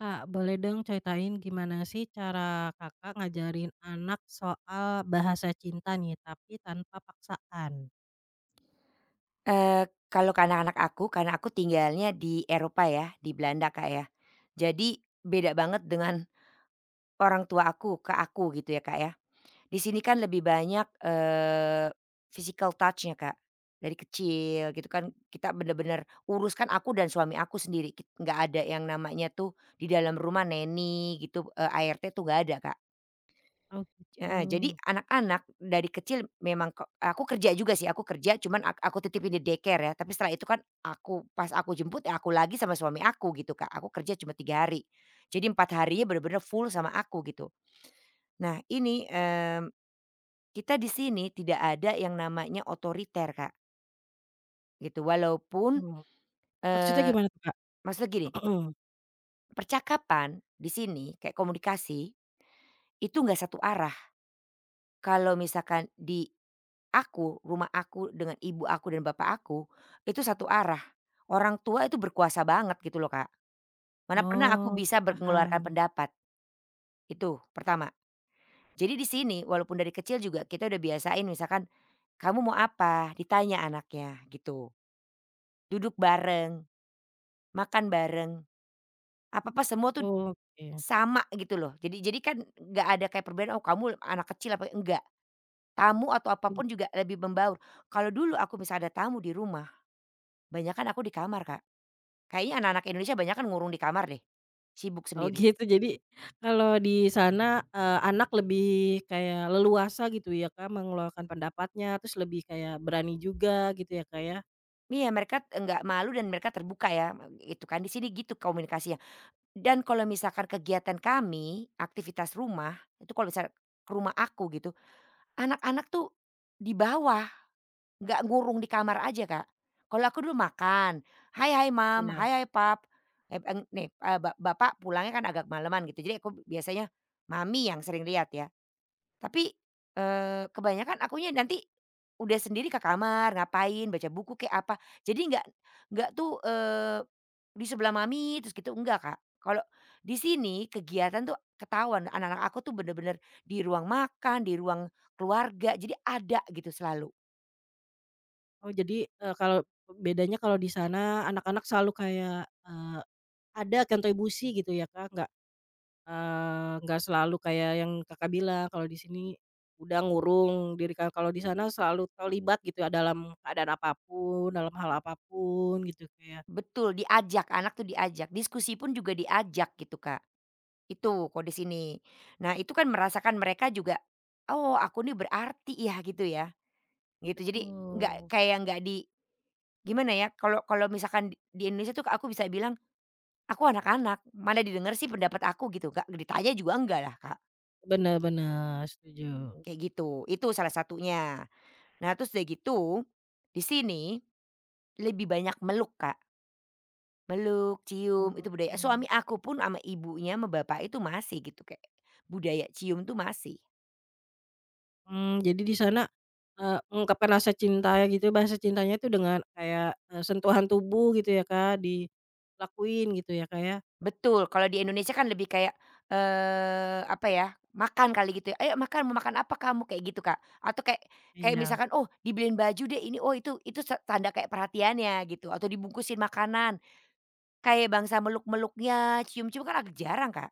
Kak, boleh dong ceritain gimana sih cara Kakak ngajarin anak soal bahasa cinta nih, tapi tanpa paksaan? Kalau ke anak-anak aku, karena aku tinggalnya di Eropa ya, di Belanda, Kak, ya. Jadi beda banget dengan orang tua aku, ke aku gitu ya, Kak, ya. Di sini kan lebih banyak, physical touch-nya, Kak. Dari kecil gitu kan kita bener-bener urus kan aku dan suami aku sendiri, nggak ada yang namanya tuh di dalam rumah neni gitu, ART tuh nggak ada, Kak. Oh gitu. Heeh, jadi anak-anak dari kecil memang ke aku kerja juga sih, aku kerja cuman aku titipin di daycare ya, tapi setelah itu kan aku pas aku jemput ya aku lagi sama suami aku gitu Kak, aku kerja cuma 3 hari. Jadi 4 harinya bener-bener full sama aku gitu. Nah ini, kita di sini tidak ada yang namanya otoriter Kak, gitu walaupun, Oh, maksudnya eee, gimana tuh, Kak? maksudnya gini, percakapan di sini kayak komunikasi, itu nggak satu arah. Kalau misalkan rumah aku dengan ibu aku dan bapak aku, itu satu arah. Orang tua itu berkuasa banget gitu loh, Kak. Mana pernah aku Oke, bisa mengeluarkan paham. pendapat, itu pertama. Jadi di sini walaupun dari kecil juga kita udah biasain misalkan, "Kamu mau apa?" Ditanya anaknya gitu. Duduk bareng, makan bareng, apa-apa semua tuh Oke. sama gitu loh. Jadi kan nggak ada kayak perbedaan, "Oh kamu anak kecil apa," enggak. Tamu atau Mmm, apapun juga lebih membaur. Kalau dulu aku misal ada tamu di rumah, banyak kan aku di kamar, Kak. Kayaknya anak-anak Indonesia banyak kan ngurung di kamar deh, sibuk oh sendiri. gitu, jadi kalau di sana, anak lebih kayak leluasa gitu ya, Kak, mengeluarkan pendapatnya, terus lebih kayak berani juga gitu ya, Kak, ya? Iya, mereka enggak malu dan mereka terbuka ya, itu kan, di sini gitu komunikasinya. Dan kalau misalkan kegiatan kami, aktivitas rumah, itu kalau misal ke rumah aku gitu, anak-anak tuh di bawah, nggak ngurung di kamar aja, Kak. Kalau aku dulu makan, "Hai hai mom, Ya. hai hai pap," eb eng nih, eee, ba bapak pulangnya kan agak maleman gitu, jadi aku biasanya mami yang sering lihat ya. Tapi, kebanyakan akunya nanti udah sendiri ke kamar, ngapain, baca buku kayak apa. Jadi nggak tuh, di sebelah mami terus gitu, enggak, Kak. Kalau di sini kegiatan tuh ketahuan anak-anak aku tuh bener-bener di ruang makan, di ruang keluarga, jadi ada gitu selalu. Oh jadi, kalau bedanya kalau di sana anak-anak selalu kayak, eh, ada kontribusi gitu ya Kak, nggak selalu kayak yang Kakak bilang kalau di sini udah ngurung diri Kakak, kalau di sana selalu terlibat gitu ya dalam keadaan apapun, dalam hal apapun gitu kayak. Betul, diajak, anak tuh diajak, diskusi pun juga diajak gitu, Kak. Itu kok di sini. Nah, itu kan merasakan mereka juga, "Oh, aku nih berarti ya," gitu ya, gitu. Jadi nggak Betul. kayak nggak di. Gimana ya, kalau kalau misalkan di Indonesia tuh aku bisa bilang, "Aku anak-anak, mana didengar sih pendapat aku?" Gitu, Kak, ditanya juga enggak lah, Kak, Bener bener, setuju. kayak gitu. Itu salah satunya. Nah, terus udah gitu, di sini lebih banyak meluk, Kak. Meluk, cium, itu budaya Oke. suami aku pun sama ibunya, sama bapak itu masih gitu, kayak budaya cium tuh masih. Jadi di sana, mengungkapkan rasa cinta ya gitu, ya, bahasa cintanya itu dengan kayak, sentuhan tubuh gitu ya Kak, dilakuin gitu ya Kak ya? Betul, kalau di Indonesia kan lebih kayak, apa ya, makan kali gitu ya, "Ayo makan, mau makan apa kamu?" Kayak gitu, Kak. Atau kayak kayak Iya. misalkan, "Oh, dibeliin baju deh ini." Oh, itu tanda kayak perhatiannya gitu, atau dibungkusin makanan, kayak bangsa meluk-meluknya, cium-cium kan agak jarang, Kak,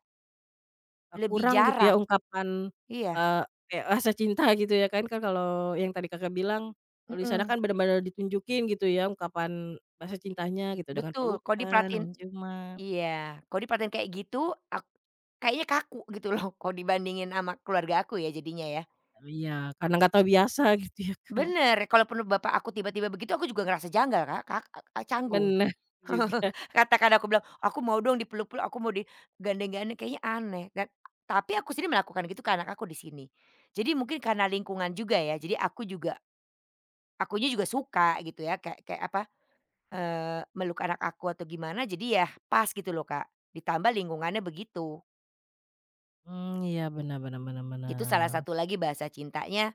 Lebih Kurang gitu ya jarak. ungkapan, Iya, eee, kayak rasa cinta gitu ya kan kalau yang tadi Kakak bilang, kalau di sana mhm, kan bener-bener ditunjukin gitu ya ungkapan rasa cintanya gitu dengan betul, kalau pelukan, diperhatiin dengan ciuman. iya, kalau diperhatiin kayak gitu, ak kayaknya kaku gitu loh, kalau dibandingin sama keluarga aku ya jadinya ya. Oh, iya, karena nggak tahu biasa gitu ya. Bener, kalaupun bapak aku tiba-tiba begitu aku juga ngerasa janggal Kak Kak, canggung. Bener juga. Katakan aku bilang, "Aku mau dong dipeluk-peluk, aku mau digandeng-gandeng," kayaknya aneh dan tapi aku sendiri melakukan gitu ke anak aku di sini. Jadi mungkin karena lingkungan juga ya, jadi aku juga akunya juga suka gitu ya kayak kayak apa, meluk anak aku atau gimana jadi ya pas gitu loh Kak, ditambah lingkungannya begitu. Iya bener bener bener Itu salah bener. satu lagi bahasa cintanya,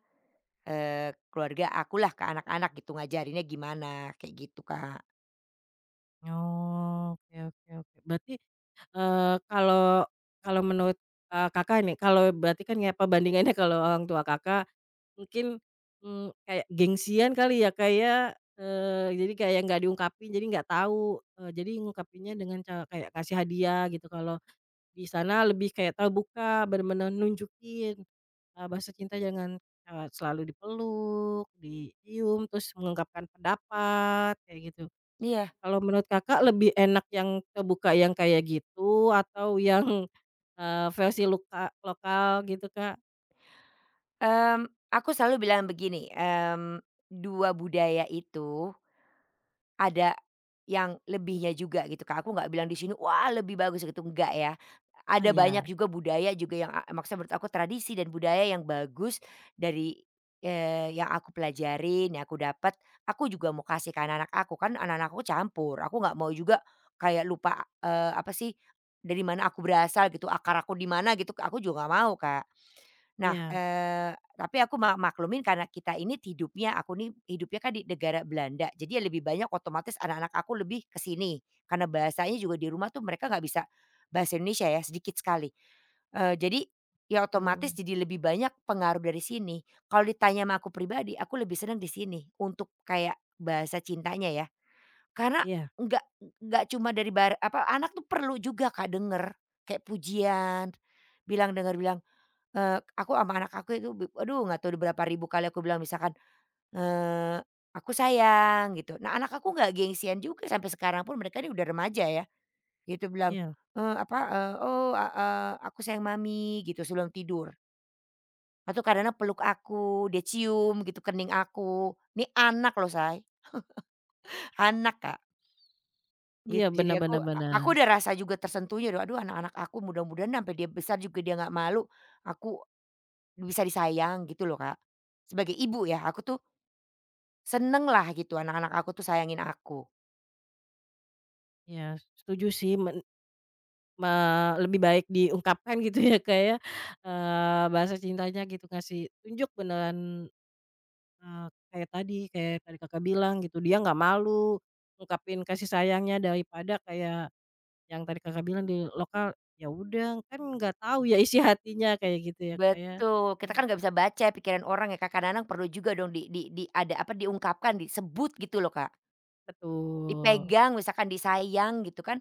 keluarga akulah ke anak-anak gitu ngajarinnya gimana, kayak gitu Kak. Oh, oke oke oke. Berarti, kalau kalau menurut, Kakak nih, kalau berarti kan ya perbandingannya kalau orang tua Kakak mungkin, kayak gengsian kali ya, kayak ya, jadi kayak nggak diungkapin, jadi nggak tahu, jadi ngungkapinnya dengan cara kayak kasih hadiah gitu, kalau di sana lebih kayak terbuka, bener-bener nunjukin, bahasa cinta jangan, selalu dipeluk, dicium, terus mengungkapkan pendapat, kayak gitu. Iya. Kalau menurut Kakak lebih enak yang terbuka yang kayak gitu atau yang, versi luka lokal gitu, Kak? Aku selalu bilang begini, 2 budaya itu ada yang lebihnya juga gitu, Kak. Aku nggak bilang di sini, "Wah, lebih bagus," gitu, enggak ya. Ah, Ada banyak ya juga budaya juga yang maksudnya menurut aku tradisi dan budaya yang bagus dari, yang aku pelajarin, yang aku dapat, aku juga mau kasih ke anak-anak aku. Kan anak-anak aku campur, aku nggak mau juga kayak lupa, apa sih, dari mana aku berasal gitu, akar aku di mana gitu, aku juga nggak mau, Kak. Nah, iya, tapi aku maklumin karena kita ini hidupnya aku nih hidupnya kan di negara Belanda, jadi ya lebih banyak otomatis anak-anak aku lebih ke sini. Karena bahasanya juga di rumah tuh mereka nggak bisa bahasa Indonesia ya, sedikit sekali. Jadi ya otomatis betul, jadi lebih banyak pengaruh dari sini. Kalau ditanya sama aku pribadi, aku lebih senang di sini untuk kayak bahasa cintanya ya. Karena iya nggak nggak cuma dari apa, anak tuh perlu juga Kak denger kayak pujian, bilang dengar bilang. Aku sama anak aku itu aduh nggak tahu udah berapa ribu kali aku bilang misalkan, eee, "Aku sayang," gitu. Nah anak aku nggak gengsian juga sampai sekarang pun mereka ini udah remaja ya, gitu bilang, iya. Apa, "Oh, aku sayang mami," gitu sebelum tidur. Atau kadang-kadang peluk aku, dia cium gitu kening aku. Ini anak loh Say, anak Kak, Iya, gitu. Jadi benar-benar aku benar. udah rasa juga tersentuhnya aduh anak-anak aku mudah-mudahan sampai dia besar juga dia nggak malu, aku bisa disayang gitu loh Kak. Sebagai ibu ya, aku tuh seneng lah gitu anak-anak aku tuh sayangin aku. Iya, setuju sih men me lebih baik diungkapkan gitu ya, kayak ya, bahasa cintanya gitu, ngasih tunjuk beneran, kayak tadi Kakak bilang gitu, dia nggak malu ungkapin kasih sayangnya daripada kayak yang tadi Kakak bilang di lokal, ya udah kan nggak tahu ya isi hatinya kayak gitu ya, kayak. Betul, kita kan nggak bisa baca pikiran orang ya, Kak, kadang-kadang perlu juga dong di ada apa, diungkapkan, disebut gitu loh, Kak. Betul, Dipegang misalkan, disayang gitu kan,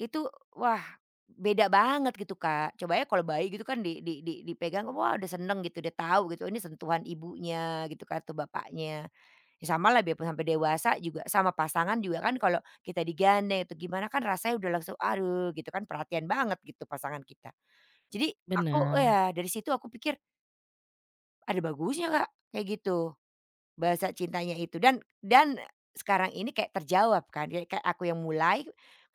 itu wah beda banget gitu, Kak. Coba aja kalau bayi gitu kan di dipegang, wah udah seneng gitu, udah tahu gitu, "Oh, ini sentuhan ibunya gitu kan atau bapaknya." Ya samalah biarpun sampai dewasa juga, sama pasangan juga kan kalau kita digandeng atau gimana kan rasanya udah langsung aduh gitu kan perhatian banget gitu pasangan kita. Jadi aku oh benar. ya dari situ aku pikir ada bagusnya Kak, kayak gitu, bahasa cintanya itu dan sekarang ini kayak terjawab kan, ya kayak aku yang mulai,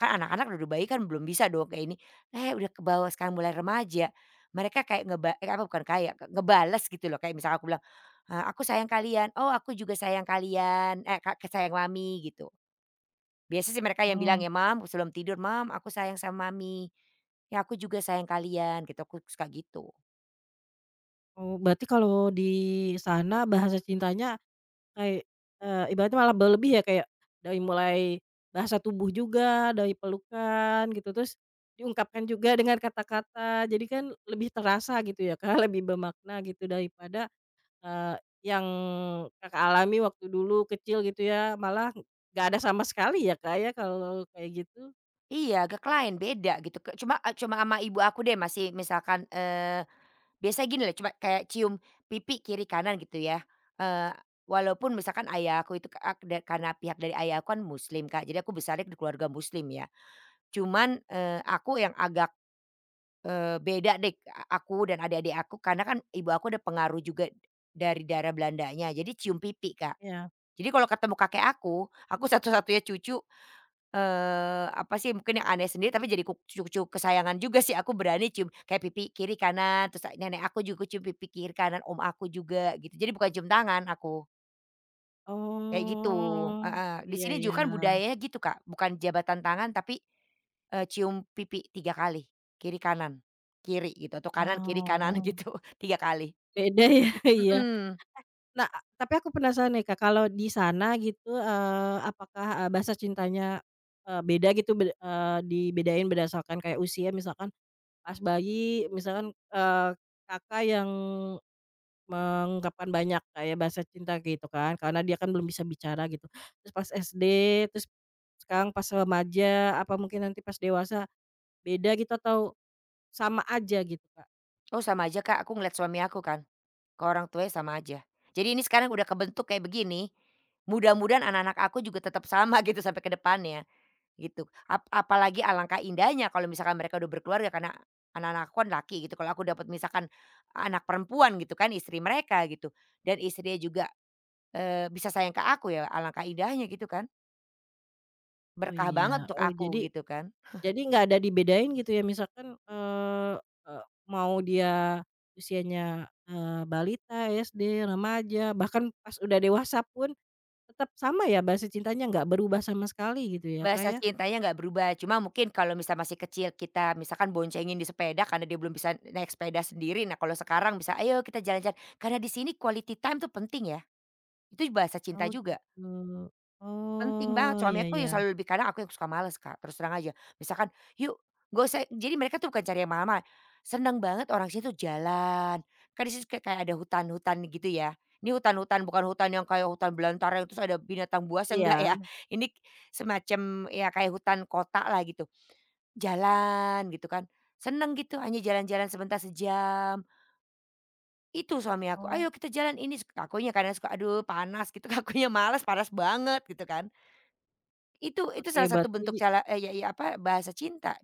kan anak-anak udah bayi kan belum bisa dong kayak ini, eh, udah ke bawah sekarang mulai remaja, mereka kayak apa bukan kayak, ngebales gitu loh kayak misalnya aku bilang, "Aku sayang kalian," "Oh aku juga sayang kalian," eh, "Kak sayang mami," gitu. Biasa sih mereka yang bilang Oh ya, mam sebelum tidur, mam aku sayang sama mami, ya aku juga sayang kalian," gitu, aku suka gitu. oh, berarti kalau di sana bahasa cintanya kayak, ibaratnya malah berlebih ya kayak dari mulai bahasa tubuh juga, dari pelukan gitu, terus diungkapkan juga dengan kata-kata. Jadi kan lebih terasa gitu ya, Kak, lebih bermakna gitu daripada, eee, yang Kakak alami waktu dulu kecil gitu ya, malah nggak ada sama sekali ya, Kak, ya, kalau kayak gitu? Iya, agak lain, beda gitu, ke cuma e cuma sama ibu aku deh masih misalkan, biasanya gini lah. Cuma kayak cium pipi kiri kanan gitu ya, eee, walaupun misalkan ayah aku itu ka da karena pihak dari ayah aku kan muslim Kak, jadi aku besarnya di keluarga muslim ya. Cuman, aku yang agak, beda deh, aku dan adik-adik aku, karena kan ibu aku ada pengaruh juga dari darah Belandanya, jadi cium pipi Kak. Iya. Jadi kalau ketemu kakek aku satu-satunya cucu. Apa sih mungkin yang aneh sendiri tapi jadi cucu kesayangan juga sih aku berani cium kayak pipi kiri kanan, terus nenek aku juga cium pipi kiri kanan, om aku juga gitu. Jadi bukan cium tangan aku, kayak gitu, Oh, heeh. Di iya sini iya. juga kan budayanya gitu, Kak, bukan jabatan tangan tapi, cium pipi 3 kali, kiri kanan, kiri gitu atau kanan kiri kanan Oh, gitu 3 kali. beda ya, iya. Mhm. Nah, tapi aku penasaran nih Kak, kalau di sana gitu, apakah, bahasa cintanya, beda gitu dibedain berdasarkan kayak usia misalkan pas bayi misalkan, Kakak yang mengungkapkan banyak kayak bahasa cinta gitu kan, karena dia kan belum bisa bicara gitu. Terus pas SD, terus sekarang pas remaja, apa mungkin nanti pas dewasa beda gitu atau sama aja gitu Kak? Oh sama aja, Kak, aku ngeliat suami aku kan. Ke orang tuanya sama aja. Jadi ini sekarang udah kebentuk kayak begini, mudah-mudahan anak-anak aku juga tetap sama gitu sampai ke depannya, gitu. Apalagi alangkah indahnya kalau misalkan mereka udah berkeluarga karena anak-anak aku kan laki gitu, kalau aku dapat misalkan anak perempuan gitu kan, istri mereka gitu, dan istrinya juga, bisa sayang ke aku ya alangkah indahnya gitu kan, Oh berkah iya, banget untuk oh aku jadi gitu kan. Jadi nggak ada dibedain gitu ya misalkan, eee eee, mau dia usianya, balita, SD, remaja, bahkan pas udah dewasa pun tetap sama ya bahasa cintanya nggak berubah sama sekali gitu ya, Kak, Bahasa ya? cintanya nggak berubah, cuma mungkin kalau misal masih kecil kita misalkan boncengin di sepeda karena dia belum bisa naik sepeda sendiri. Nah, kalau sekarang bisa, "Ayo kita jalan-jalan." Karena di sini quality time tuh penting ya, itu bahasa Oh cinta juga. gitu. Penting Oh, banget, iya suami aku iya. yang selalu lebih kadang aku yang suka males Kak, terus terang aja. Misalkan, "Yuk," nggak usah jadi mereka tuh bukan cari yang mahal-mahal, seneng banget orang sini tuh jalan. Kan di situ kayak kayak ada hutan-hutan gitu ya. Ini hutan-hutan, bukan hutan yang kayak hutan belantara terus ada binatang buas, enggak ya. Iya. Ini semacam ya kayak hutan kota lah gitu. Jalan gitu kan, seneng gitu hanya jalan-jalan sebentar sejam. Itu suami aku, Oh, "Ayo kita jalan ini," akunya kadang suka, "Aduh panas," gitu, akunya males, panas banget gitu kan. Itu oke salah satu berarti bentuk cara ya ya, apa, bahasa cinta.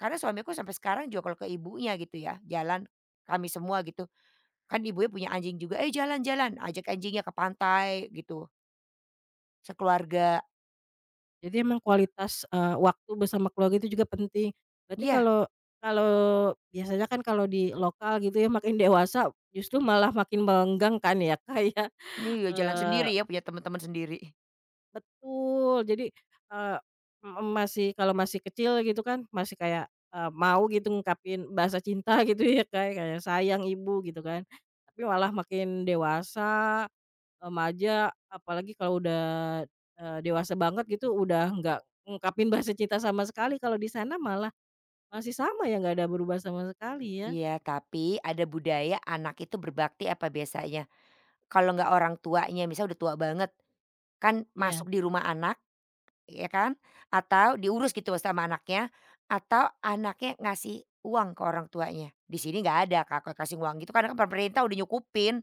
Karena suamiku sampai sekarang juga kalau ke ibunya gitu ya, jalan kami semua gitu, kan ibunya punya anjing juga, "Eh, jalan-jalan," ajak anjingnya ke pantai gitu, sekeluarga. jadi emang kualitas, waktu bersama keluarga itu juga penting. Berarti Iya, kalau kalau biasanya kan kalau di lokal gitu ya makin dewasa justru malah makin melenggang kan ya, Kak, ya? iya, jalan Eee, sendiri ya, punya teman-teman sendiri. Betul. Jadi, eee, mhm, kalau masih kecil gitu kan, masih kayak, mau gitu ngungkapin bahasa cinta gitu ya, kayak kayak sayang ibu gitu kan. Tapi malah makin dewasa, remaja, apalagi kalau udah, dewasa banget gitu, udah nggak ngungkapin bahasa cinta sama sekali, kalau di sana malah masih sama ya, nggak ada berubah sama sekali ya? Iya, tapi ada budaya anak itu berbakti apa biasanya, kalau nggak orang tuanya, misal udah tua banget, kan Iya masuk di rumah anak. Ya kan? Atau diurus gitu sama anaknya, atau anaknya ngasih uang ke orang tuanya. Di sini nggak ada Kak, kalau kasih uang gitu karena kan pemerintah udah nyukupin,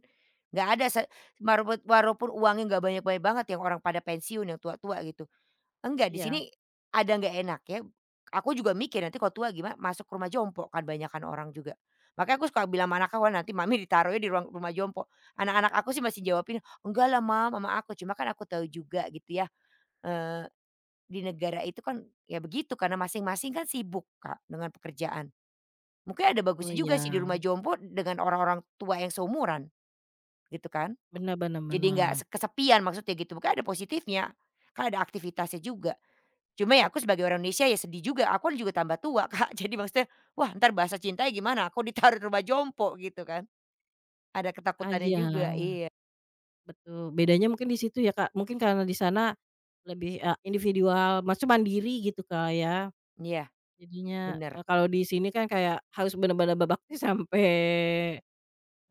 nggak ada walaupun walaupun uangnya nggak banyak-banyak banget yang orang pada pensiun yang tua-tua gitu. Enggak, di sini iya. ada nggak enak ya aku juga mikir nanti kalau tua gimana masuk ke rumah jompo kan banyakan orang juga. Makanya aku suka bilang sama anaknya, "Wah nanti mami ditaruhnya di ruang rumah jompo." Anak-anak aku sih masih jawabin, "Enggak lah Mam, mama aku." Cuma kan aku tahu juga gitu ya, eee di negara itu kan ya begitu karena masing-masing kan sibuk Kak dengan pekerjaan. Mungkin ada Oh bagusnya juga sih di rumah iya, jompo dengan orang-orang tua yang seumuran gitu kan. benar benar Jadi nggak benar. Kesepian maksudnya gitu, mungkin ada positifnya, kan ada aktivitasnya juga. Cuma ya aku sebagai orang Indonesia ya sedih juga, aku juga tambah tua Kak, jadi maksudnya wah ntar bahasa cintanya gimana, aku ditaruh di rumah jompo gitu kan. Ada Ah, ketakutannya juga, iya. iya. Betul, bedanya mungkin di situ ya, Kak. Mungkin karena di sana lebih, individual, maksudnya mandiri gitu, Kak, ya. Iya Jadinya, bener. Kalau di sini kan kayak harus benar-benar berbakti sampai,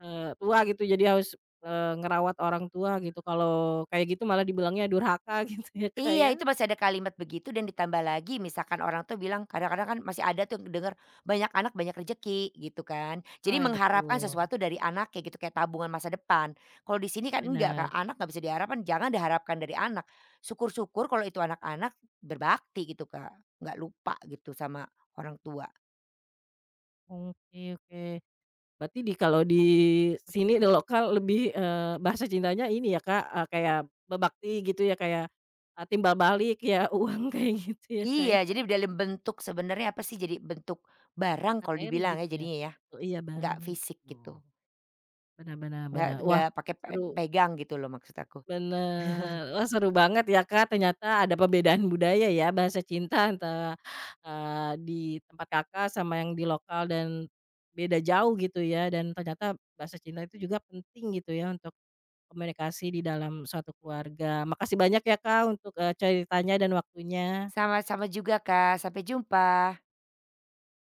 tua gitu. Jadi harus, ngerawat orang tua gitu. Kalau kayak gitu malah dibilangnya durhaka gitu ya, Kak, ya. Iya, itu masih ada kalimat begitu dan ditambah lagi misalkan orang tuh bilang kadang-kadang kan masih ada tuh yang denger, "Banyak anak banyak rejeki," gitu kan. Oh Jadi ya mengharapkan betul, sesuatu dari anaknya gitu, kayak tabungan masa depan. Kalau di sini kan enggak benar. Kak, anak nggak bisa diharapkan, jangan diharapkan dari anak. Syukur-syukur kalau itu anak-anak berbakti gitu Kak, nggak lupa gitu sama orang tua. Oke oke. Berarti kalau di sini di lokal lebih, bahasa cintanya ini ya, Kak, kayak berbakti gitu ya, kayak, timbal balik ya, uang kayak gitu ya, Kak, Iya, ya, jadi dalam bentuk sebenarnya apa sih, jadi bentuk barang kalau materi dibilang ya gitu ya. jadinya ya, Betul, iya, nggak bareng, fisik gitu, betul. Benar benar nggak benar. Wah, nggak pakai seru. pegang gitu loh maksud aku. Bener. Wah, seru banget ya, Kak, ternyata ada perbedaan budaya ya, bahasa cinta antara, di tempat Kakak sama yang di lokal dan beda jauh gitu ya, dan ternyata bahasa cinta itu juga penting gitu ya untuk komunikasi di dalam suatu keluarga. Makasih banyak ya, Kak, untuk, ceritanya dan waktunya. Sama-sama juga Kak, sampai jumpa.